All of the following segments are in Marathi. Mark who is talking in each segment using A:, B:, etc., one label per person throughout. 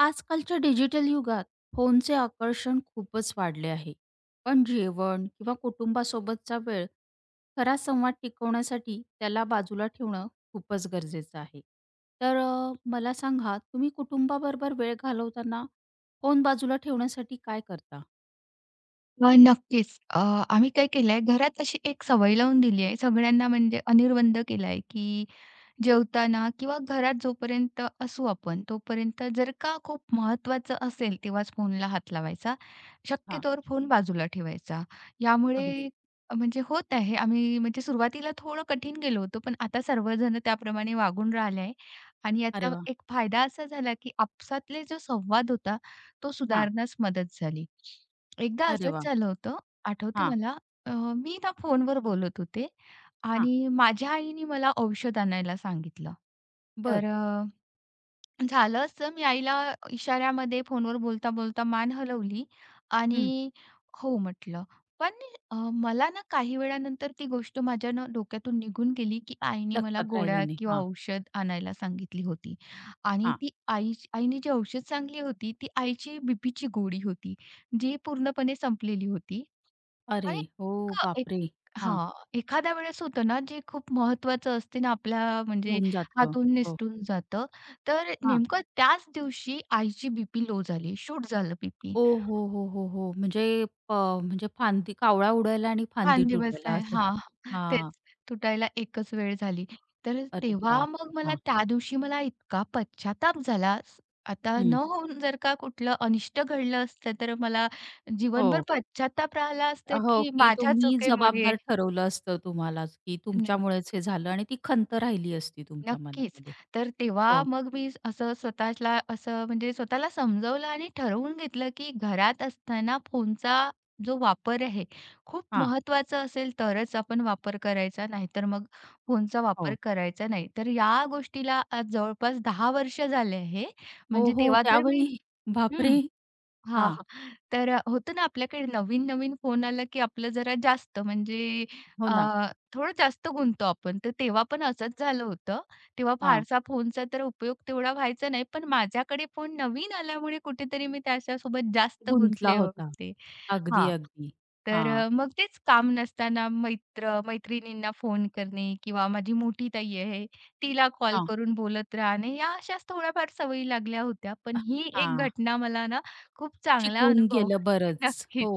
A: आजकालच्या डिजिटल युगात फोनचे आकर्षण खूपच वाढले आहे. पण जेवण किंवा कुटुंबासोबतचा वेळ, खरा संवाद टिकवण्यासाठी त्याला बाजूला ठेवणं खूपच गरजेचं आहे. तर मला सांगा, तुम्ही कुटुंबाबरोबर वेळ घालवताना फोन बाजूला ठेवण्यासाठी काय करता?
B: नक्कीच. आम्ही काय केलंय घरात अशी एक सवय लावून दिली आहे सगळ्यांना म्हणजे अनिर्बंध केलाय, की जेवताना किंवा घरात जोपर्यंत असू आपण तोपर्यंत जर का खूप महत्त्वाचं असेल तेव्हाच फोनला हात लावायचा.
A: हां,
B: शक्यतोवर फोन बाजूला ठेवायचा.
A: अगदी.
B: यामुळे म्हणजे होत आहे. आम्ही म्हणजे सुरुवातीला थोडं कठीण गेलो होतो, पण आता सर्वजण त्याप्रमाणे वागून राहिले आहे आणि
A: अरे
B: याचा
A: वाह!
B: एक फायदा असा झाला, की आपसातले जो संवाद होता तो
A: हां,
B: सुधारण्यास मदत झाली. एकदा
A: अरे वाह!
B: असंच झालं होतं, आठवते
A: हां,
B: मला. मी ना फोनवर बोलत होते
A: हां.
B: आणि माझ्या आईने मला औषध आणायला सांगितलं.
A: बरं.
B: तर झालं असं, मी आईला इशाऱ्यामध्ये फोनवर बोलता-बोलता मान हलवली
A: हं.
B: आणि हो म्हटलं. पण मला ना काही वेळानंतर ती गोष्ट माझ्या ना डोक्यातून निघून गेली, की आईने मला
A: लक्षात
B: गोळ्या
A: राहिलं नाही.
B: किंवा
A: हां,
B: औषध आणायला सांगितली होती आणि
A: हां.
B: ती आईने जी औषध सांगली होती, ती आईची बीपीची गोळी होती, जी पूर्णपणे संपलेली होती.
A: अरे!
B: आणि
A: हो,
B: नेमकं एक
A: बापरे! हां,
B: हां, एखाद्या वेळेस होतं ना, जे खूप महत्त्वाचं असते ना, आपल्या म्हणजे
A: होऊन जातं.
B: हातून
A: हो.
B: निसटून जातं. तर नेमकं त्याच दिवशी आईची बीपी लो झाली, शूट झालं बीपी.
A: ओ हो, हो, हो, हो. म्हणजे फांदी कावळा उडायला आणि फांदी
B: खांदेबस
A: तुटायला
B: आहे
A: असं.
B: हां, तेच
A: हां.
B: तुटायला एकच वेळ झाली. तर
A: अरे
B: तेव्हा मग
A: बापरे!
B: मला
A: हां.
B: त्या दिवशी मला इतका पश्चाताप झाला. आता न
A: हं.
B: होऊन जर का कुठलं अनिष्ट घडलं असतं, तर मला जीवनभर
A: हो.
B: पश्चात्ताप राहिला असता,
A: हो,
B: की
A: की
B: माझ्या
A: तुम्ही
B: चुकीमुळे.
A: जबाबदार ठरवलं असतं तुम्हालाच, की तुमच्यामुळेच हे झालं आणि ती खंत राहिली असती तुमच्या
B: नक्कीच.
A: मनामध्ये.
B: तर तेव्हा
A: हो.
B: मग मी असं स्वतःला असं म्हणजे स्वतःला समजवलं आणि ठरवून घेतलं, की घरात असताना फोनचा जो वापर आहे, खूप
A: हां.
B: महत्वाचा असेल तरच आपण वापर करायचा, नाहीतर मग फोनचा वापर
A: हो.
B: करायचा नाही. तर या गोष्टीला आज जवळपास 10 वर्ष झाले आहे.
A: हो,
B: म्हणजे
A: हो.
B: तेव्हा तर मी
A: त्यावेळी बापरे!
B: हां,
A: हां.
B: हां. तर होतं ना आपल्याकडे नवीन-नवीन फोन आला, की आपलं जरा जास्त म्हणजे
A: हो
B: अ,
A: ना.
B: थोडं जास्त गुंततो आपण. तर तेव्हा पण असंच झालं होतं. तेव्हा
A: हां.
B: फारसा फोनचा तर उपयोग तेवढा व्हायचा नाही. पण माझ्याकडे फोन नवीन आल्यामुळे कुठेतरी मी त्याच्यासोबत जास्त
A: गुंतला
B: गुंतले
A: होता.
B: होते.
A: अगदी,
B: हां.
A: अगदी.
B: तर
A: हां.
B: मग तेच काम नसताना मित्र-मैत्रिणींना फोन करणे किंवा माझी मोठी ताई आहे, तिला कॉल
A: हां.
B: करून बोलत राहणे, या अशाच थोड्याफार सवयी लागल्या होत्या. पण ही एक
A: हां.
B: घटना मला ना खूप चांगला
A: शिकून
B: अनुभव.
A: गेलं बरंच.
B: नक्कीच.
A: हो.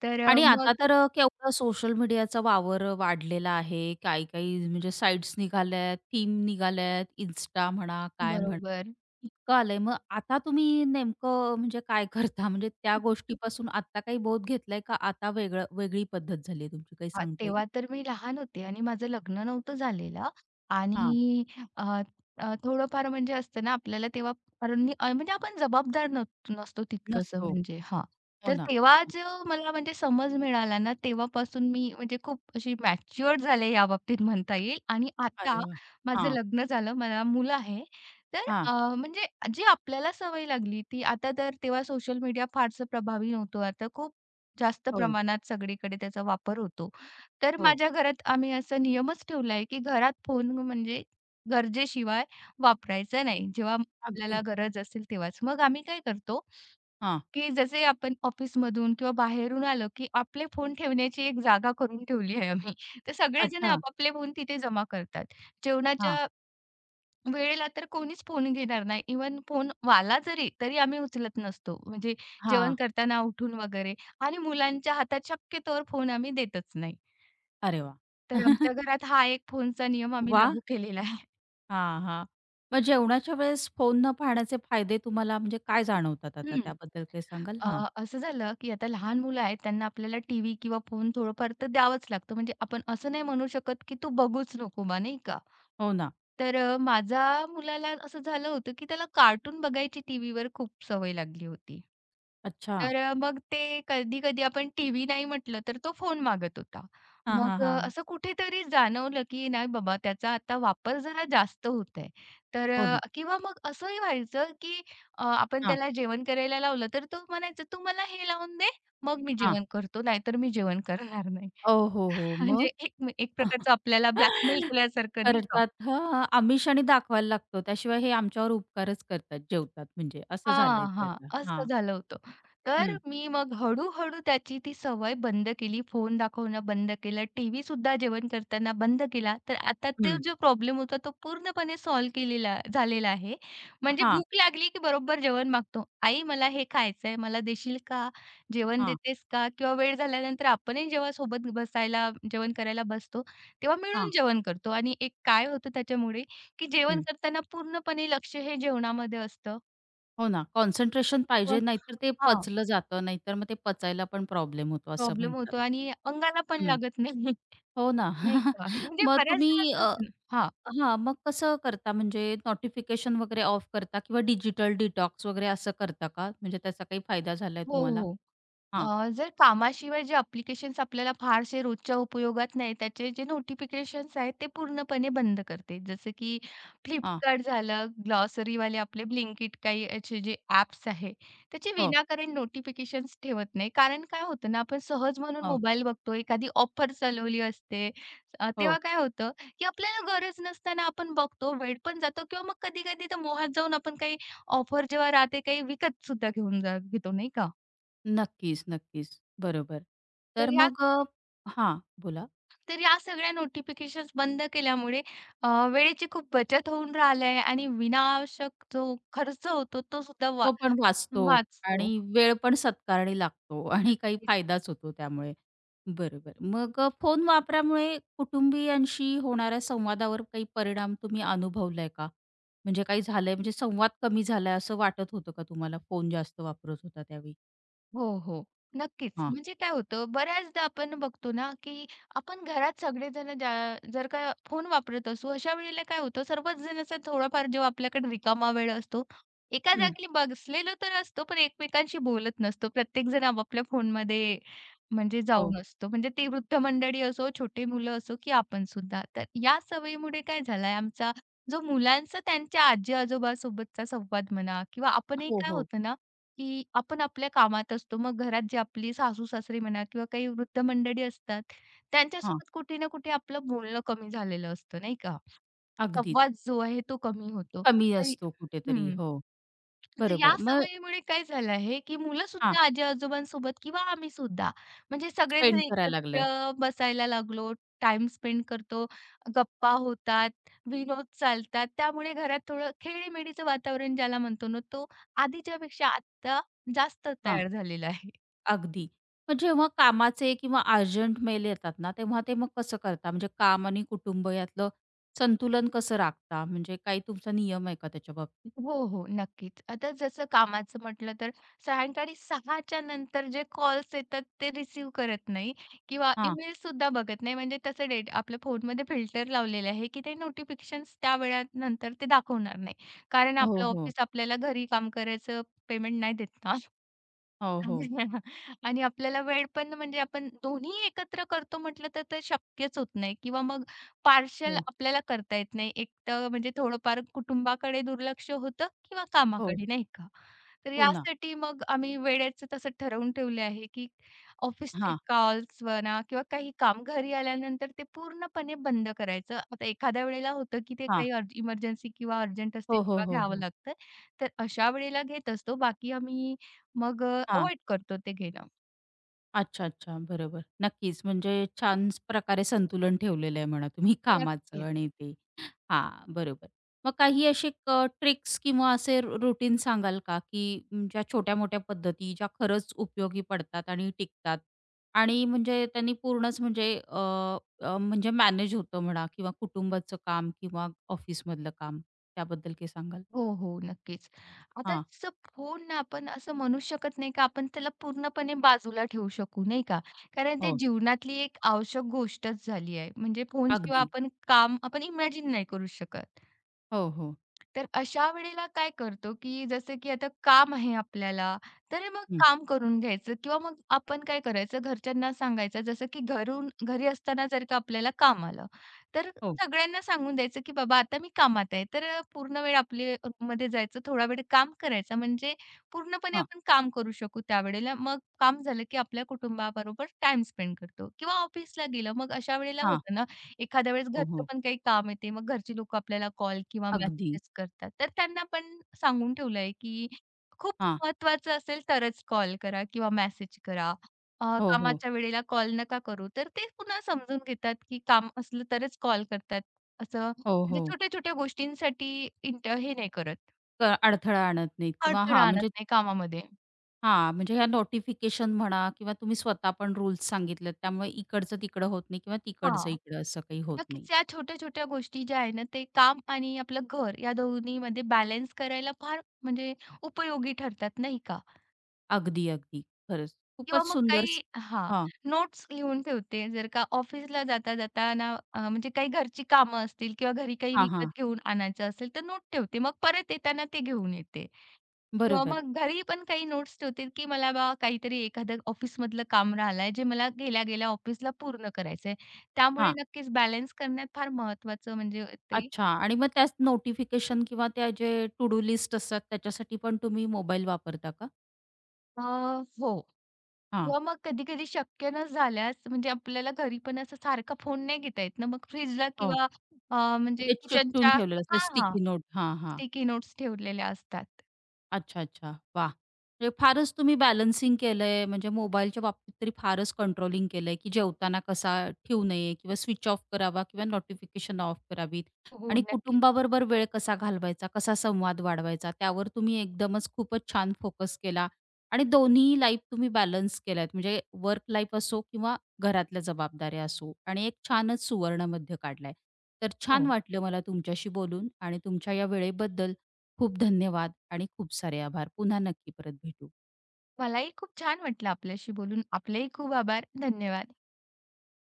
B: तर
A: आणि
B: मग
A: आता तर केवढा सोशल मीडियाचा वावर वाढलेला आहे. काही-काही म्हणजे साइट्स निघाल्यात, थीम निघाल्यात, Insta म्हणा, काय म्हणा,
B: बरोबर.
A: इतकं आलंय. मग आता तुम्ही नेमकं म्हणजे काय करता? म्हणजे त्या गोष्टीपासून आता काही बोध घेतलाय का आता वेगळं वेगळी पद्धत झाली आहे तुमची? काही
B: हां,
A: सांगता येईल?
B: तेव्हा तर मी लहान होते आणि माझं लग्न नव्हतं झालेलं हं.
A: हां,
B: आणि अ, अ, थोडंफार म्हणजे असतं ना आपल्याला तेव्हा कारण म्हणजे आपण जबाबदार नसतो तितकंसं
A: नसतो.
B: म्हणजे हां.
A: हो
B: तर
A: ना.
B: तेव्हा जो मला म्हणजे समज मिळाला ना, तेव्हापासून मी म्हणजे खूप अशी मॅच्युअर्ड झाले याबाबतीत म्हणता येईल आणि
A: अरे
B: आता
A: वाह!
B: माझं
A: हां,
B: लग्न झालं, मला मुलं आहे. तर
A: हां.
B: म्हणजे जी आपल्याला सवय लागली ती आता तर तेव्हा सोशल मीडिया फारसं प्रभावी नव्हतो. आता खूप जास्त
A: हो,
B: प्रमाणात सगळीकडे त्याचा वापर होतो. तर
A: हो.
B: माझ्या घरात आम्ही असा नियमच ठेवला आहे, की घरात फोन म्हणजे गरजेशिवाय वापरायचा नाही. जेव्हा आपल्याला
A: अगदी.
B: गरज असेल तेव्हाच. मग आम्ही काय करतो,
A: हां.
B: की जसे आपण ऑफिसमधून किंवा बाहेरून आलो, की आपले फोन ठेवण्याची एक जागा करून ठेवली आहे आम्ही. तर सगळेजण
A: अच्छा.
B: आपापले फोन तिथे जमा करतात.
A: हां,
B: जेवणाच्या वेळेला तर कोणीच फोन घेणार नाही. इव्हन फोन वाला जरी, तरी आम्ही उचलत नसतो. म्हणजे
A: हां.
B: जेवण करताना उठून वगैरे आणि मुलांच्या हातात शक्यतोवर फोन आम्ही देतच नाही.
A: अरे वाह!
B: तर
A: वाह!
B: आमच्या घरात हा एक फोनचा नियम आम्ही लागू केलेला आहे.
A: हां, हां. मग जेवणाच्या वेळेस फोन न पाहण्याचे फायदे तुम्हाला म्हणजे काय जाणवतात आता
B: हं.
A: त्याबद्दल काही सांगाल?
B: अ,
A: हां.
B: असं झालं, की आता लहान मुलं आहेत त्यांना आपल्याला टीव्ही किंवा फोन थोडंफार तर द्यावंच लागतं. म्हणजे आपण असं नाही म्हणू शकत, की तू बघूच नको बा, नाही का?
A: हो ना.
B: तर माझ्या मुलाला असं झालं होतं, की त्याला कार्टून बघायची टीव्हीवर खूप सवय लागली होती.
A: अच्छा.
B: तर मग ते कधी-कधी आपण टीव्ही नाही म्हटलं, तर तो फोन मागत होता.
A: हां, हां,
B: मग
A: हां.
B: असं कुठेतरी जाणवलं, की नाही बाबा त्याचा आता वापर जरा जास्त होत आहे. तर
A: हो ना.
B: किंवा मग असंही व्हायचं, की आपण
A: हां,
B: त्याला जेवण करायला लावलं, तर तो म्हणायचा, "तू मला हे लावून दे, मग मी
A: हां.
B: जेवण करतो, नाहीतर मी जेवण करणार नाही."
A: ओ हो, हो. मग?
B: म्हणजे एक एक प्रकारचं आपल्याला ब्लॅकमेल केल्यासारखं, नाही का?
A: करतात. हां, आमिष आणि दाखवायला लागतो. त्याशिवाय हे आमच्यावर उपकारच करतात जेवतात म्हणजे असं झालंय
B: हां,
A: ते
B: हां.
A: आता.
B: असं
A: हां.
B: झालं होतं. तर
A: हं,
B: मी मग हळू-हळू त्याची ती सवय बंद केली. फोन दाखवणं बंद केलं. टीव्हीसुद्धा जेवण करताना बंद केला. तर आता तो
A: हं.
B: जो प्रॉब्लेम होता तो पूर्णपणे सॉल्व्ह केलेला झालेला आहे. म्हणजे
A: हां,
B: भूक लागली की बरोबर जेवण मागतो. "आई मला हे खायचंय, मला देशील का? जेवण
A: हां,
B: देतेस का?" किंवा वेळ झाल्यानंतर आपणही जेव्हा सोबत बसायला जेवण करायला बसतो, तेव्हा
A: हां.
B: मिळून जेवण करतो आणि एक काय होतं त्याच्यामुळे, की जेवण
A: हं.
B: करताना पूर्णपणे लक्ष हे जेवणामध्ये असतं.
A: हो ना. कॉन्सन्ट्रेशन
B: हो
A: पाहिजे नाहीतर ते
B: हां,
A: पचलं जातं. नाहीतर मग ते पचायला पण प्रॉब्लेम होतो असं
B: प्रॉब्लेम
A: म्हणतात.
B: होतो आणि अंगाला पण लागत नाही,
A: हो ना.
B: नाही का? म्हणजे
A: मग
B: बऱ्याचदा
A: तुम्ही
B: असं होतं ना हां.
A: हां, मग कसं करता म्हणजे नोटिफिकेशन वगैरे ऑफ करता किंवा डिजिटल डिटॉक्स वगैरे असं करता का? म्हणजे त्याचा काही फायदा झालाय
B: हो,
A: तुम्हाला?
B: हो.
A: हां,
B: जर कामाशिवाय जे ॲप्लिकेशन्स आपल्याला फारसे रोजच्या उपयोगात नाही, त्याचे जे नोटिफिकेशन्स आहेत ते पूर्णपणे बंद करते. जसं की
A: हां.
B: Flipkart झालं, ग्लॉसरीवाले आपले Blinkit काही याचे जे ॲप्स आहे, त्याचे
A: हो,
B: विनाकारण नोटिफिकेशन्स ठेवत नाही. कारण काय होतं ना, आपण सहज म्हणून
A: हो,
B: मोबाईल बघतो, एखादी ऑफर चालवली असते.
A: हो.
B: तेव्हा काय होतं, की आपल्याला गरज नसताना आपण बघतो, वेळ पण जातो किंवा मग कधी-कधी तर मोहात जाऊन आपण काही ऑफर जेव्हा राहते, काही विकतसुद्धा घेऊन जा घेतो, नाही का?
A: नक्कीच, नक्कीच. बरोबर.
B: तर
A: तर
B: ह्या
A: मग हां, बोला.
B: तर या सगळ्या नोटिफिकेशन्स बंद केल्यामुळे अ, वेळेची खूप बचत होऊन राहिली आहे आणि विनावश्यक जो खर्च होतो तो सुद्धा
A: तो पण वाचतो
B: वाचतो.
A: आणि वेळ पण सत्कारणी लागतो आणि काही
B: नक्कीच.
A: फायदाच होतो त्यामुळे. बरोबर. मग फोन वापरामुळे कुटुंबियांशी होणाऱ्या संवादावर काही परिणाम तुम्ही अनुभवलाय का? म्हणजे काही झालंय म्हणजे संवाद कमी झालाय असं वाटत होतं का तुम्हाला फोन जास्त वापरत होता त्यावेळी?
B: हो, हो. नक्कीच.
A: हां.
B: म्हणजे काय होतं बऱ्याचदा आपण बघतो ना, की आपण घरात सगळेजण ज्या जर का फोन वापरत असू, अशा वेळेला काय होतं सर्वच जण असा थोडाफार जेव्हा आपल्याकडे रिकामा वेळ असतो, एका
A: हं.
B: जागी बसलेलो तर असतो, पण एकमेकांशी बोलत नसतो. प्रत्येकजण आपापल्या फोनमध्ये म्हणजे
A: हो.
B: जाऊन असतो. म्हणजे ती वृद्ध मंडळी असो, छोटी मुलं असो, की आपण सुद्धा. तर या सवयीमुळे काय झालाय आमचा जो मुलांचा त्यांच्या आजी-आजोबासोबतचा संवाद म्हणा किंवा आपणही
A: हो,
B: काय
A: हो.
B: होतं ना, की आपण आपल्या कामात असतो. मग घरात जी आपली सासू-सासरे म्हणा किंवा काही वृद्ध मंडळी असतात,
A: हां.
B: त्यांच्यासोबत कुठे ना कुठे आपलं बोलणं कमी झालेलं असतं, नाही का?
A: अगदीच.
B: संवाद जो आहे तो कमी होतो.
A: कमी
B: तरी
A: असतो कुठेतरी.
B: हं.
A: हो.
B: तर या
A: बरोबर. मग
B: सवयीमुळे काय झालं आहे, की
A: हां.
B: मुलंसुद्धा आजी-आजोबांसोबत किंवा आम्हीसुद्धा म्हणजे सगळेजण
A: स्पेंड करायला लागलाय.
B: एकत्र बसायला लागलो, टाइम स्पेंड करतो, गप्पा होतात, विनोद चालतात. त्यामुळे घरात थोडं खेळीमेळीचं वातावरण ज्याला म्हणतो ना, तो आधीच्यापेक्षा आत्ता जास्त
A: हां.
B: तयार झालेला आहे.
A: अगदी. मग जेव्हा कामाचे किंवा अर्जंट मेल येतात ना, तेव्हा ते मग कसं करता? म्हणजे काम आणि कुटुंब यातलं संतुलन कसं राखता? म्हणजे काही तुमचा नियम आहे का त्याच्या बाबतीत?
B: हो, हो. नक्कीच. आता जसं कामाचं म्हटलं तर सायंकाळी 6च्या नंतर जे कॉल्स येतात ते रिसीव करत नाही किंवा
A: हां.
B: ईमेल सुद्धा बघत नाही. म्हणजे तसं डेट आपल्या फोनमध्ये फिल्टर लावलेले आहे, की ते नोटिफिकेशन्स त्या वेळानंतर ते दाखवणार नाही. कारण
A: हो,
B: आपलं
A: हो.
B: ऑफिस आपल्याला घरी काम करायचं पेमेंट नाही देत ना.
A: हो, हो.
B: आणि आपल्याला वेळ पण म्हणजे आपण दोन्ही एकत्र करतो म्हटलं तर ते शक्यच होत नाही किंवा मग पार्शल
A: हो,
B: आपल्याला करता येत नाही. एक तर म्हणजे थोडंफार कुटुंबाकडे दुर्लक्ष होतं किंवा
A: हो.
B: कामाकडे, नाही का? तर
A: हो ना.
B: यासाठी मग आम्ही वेळेचं तसं ठरवून ठेवले आहे, की ऑफिसचे
A: हां,
B: कॉल्स म्हणा किंवा काही काम घरी आल्यानंतर ते पूर्णपणे बंद करायचं. आता एखाद्या वेळेला होतं, की ते
A: हां.
B: काही इमर्जन्सी किंवा अर्जंट असते
A: हो, हो,
B: तेव्हा
A: हो,
B: घ्यावं
A: हो.
B: लागतं. तर अशा वेळेला घेत असतो. बाकी आम्ही मग
A: हां.
B: अव्हॉइड करतो ते घेणं.
A: अच्छा, अच्छा. बरोबर. नक्कीच. म्हणजे छान प्रकारे संतुलन ठेवलेलं आहे म्हणा तुम्ही कामाचं
B: नक्कीच.
A: आणि ते हां, बरोबर. मग काही असे ट्रिक्स किंवा असे रूटीन सांगाल का, की ज्या छोट्या-मोठ्या पद्धती ज्या खरंच उपयोगी पडतात आणि टिकतात आणि म्हणजे त्यांनी पूर्णच म्हणजे मॅनेज होतं म्हणा किंवा कुटुंबाचं काम किंवा ऑफिसमधलं काम त्याबद्दल काही सांगाल?
B: हो, हो. नक्कीच. आता
A: हां.
B: जसं फोन ना आपण असं म्हणू शकत नाही का आपण त्याला पूर्णपणे बाजूला ठेवू शकू, नाही का? कारण ते
A: हो,
B: जीवनातली एक आवश्यक गोष्टच झाली आहे. म्हणजे फोनशिवाय
A: अगदी.
B: आपण काम आपण इमॅजिन नाही करू शकत.
A: हो, हो.
B: तर अशा वेळेला काय करतो, की जसं की आता काम आहे आपल्याला, तर मग
A: हं.
B: काम करून घ्यायचं किंवा मग आपण काय करायचं घरच्यांना सांगायचं जसं की घरून घरी असताना जर का आपल्याला काम आलं, तर
A: हो.
B: सगळ्यांना सांगून द्यायचं की बाबा आता मी कामात आहे. तर पूर्ण वेळ आपले रूममध्ये जायचं, थोडा वेळ काम करायचं म्हणजे पूर्णपणे
A: हां,
B: आपण काम करू शकू त्यावेळेला. मग काम झालं की आपल्या कुटुंबाबरोबर टाईम स्पेंड करतो किंवा ऑफिसला गेलं. मग अशा वेळेला
A: हां.
B: होतं ना, एखाद्या वेळेस
A: हो,
B: घरचं
A: हो.
B: पण काही काम येते, मग घरची लोकं आपल्याला कॉल किंवा
A: अगदी.
B: मेसेजेस करतात. तर त्यांना पण सांगून ठेवलं आहे, की खूप
A: हां.
B: महत्त्वाचं असेल तरच कॉल करा किंवा मेसेज करा.
A: हो, हो.
B: कामाच्या वेळेला कॉल नका करू. तर ते पुन्हा समजून घेतात, की काम असलं तरच कॉल करतात. असं
A: हो, हो.
B: म्हणजे छोट्या-छोट्या गोष्टींसाठी हे नाही करत.
A: अडथळा आणत नाहीत किंवा
B: अडथळा
A: हां,
B: आणत
A: म्हणजे
B: नाही कामामध्ये.
A: हां, म्हणजे ह्या नोटिफिकेशन म्हणा किंवा तुम्ही स्वतः पण रूल्स सांगितलेत त्यामुळे इकडचं तिकडं होत नाही किंवा तिकडचं
B: हां.
A: इकडं असं काही होत नाही.
B: नक्कीच या छोट्या-छोट्या गोष्टी ज्या आहे ना, ते काम आणि आपलं घर या दोन्हीमध्ये बॅलन्स करायला फार म्हणजे उपयोगी ठरतात नाही का?
A: अगदी, अगदी. खरंच.
B: किंवा
A: खूपच
B: मग
A: सुंदर
B: काही
A: स
B: हां,
A: हां.
B: नोट्स लिहून ठेवते. जर का ऑफिसला जाता-जाताना म्हणजे काही घरची कामं असतील किंवा घरी काही
A: हां,
B: विकत
A: हां.
B: घेऊन आणायचं असेल, तर नोट ठेवते. मग परत येताना ते घेऊन येते. किंवा
A: बरोबर.
B: मग घरी पण काही नोट्स ठेवते, की मला बा काहीतरी एखादं ऑफिसमधलं काम राहिलंय, जे मला गेल्या-गेल्या ऑफिसला पूर्ण करायचंय. त्यामुळे
A: हां.
B: नक्कीच बॅलन्स करण्यात फार महत्त्वाचं म्हणजे ते
A: अच्छा आणि मग त्याच नोटिफिकेशन किंवा त्या जे टू डू लिस्ट असतात त्याच्यासाठी पण तुम्ही मोबाईल वापरता का?
B: अ, हो.
A: हां.
B: किंवा मग कधी-कधी शक्य न झाल्यास म्हणजे आपल्याला घरी पण असं सारखा फोन नाही घेता येत ना, मग फ्रिजला
A: हो.
B: किंवा
A: की
B: म्हणजे
A: ते चिकटून
B: किचनच्या
A: ठेवलेलं असतं
B: हां, हां.
A: Sticky note. हां, हां.
B: स्टिकी नोट्स ठेवलेल्या असतात.
A: अच्छा, अच्छा. वाह! म्हणजे फारच तुम्ही बॅलन्सिंग केलंय, म्हणजे मोबाईलच्या बाबतीत तरी फारच कंट्रोलिंग केलंय, की जेवताना कसा ठेवू नये किंवा स्विच ऑफ करावा किंवा नोटिफिकेशन ऑफ करावीत
B: हो,
A: आणि
B: नक्कीच.
A: कुटुंबाबरोबर वेळ कसा घालवायचा, कसा संवाद वाढवायचा, त्यावर तुम्ही एकदमच खूपच छान फोकस केला आणि दोन्ही लाईफ तुम्ही बॅलन्स केल्यात. म्हणजे वर्क लाईफ असो किंवा घरातल्या जबाबदाऱ्या असो आणि एक छानच सुवर्णमध्य काढलाय. तर छान
B: हो.
A: वाटलं मला तुमच्याशी बोलून आणि तुमच्या या वेळेबद्दल खूप धन्यवाद आणि खूप सारे आभार. पुन्हा नक्की परत भेटू.
B: मलाही खूप छान वाटलं आपल्याशी बोलून. आपलेही खूप आभार. धन्यवाद.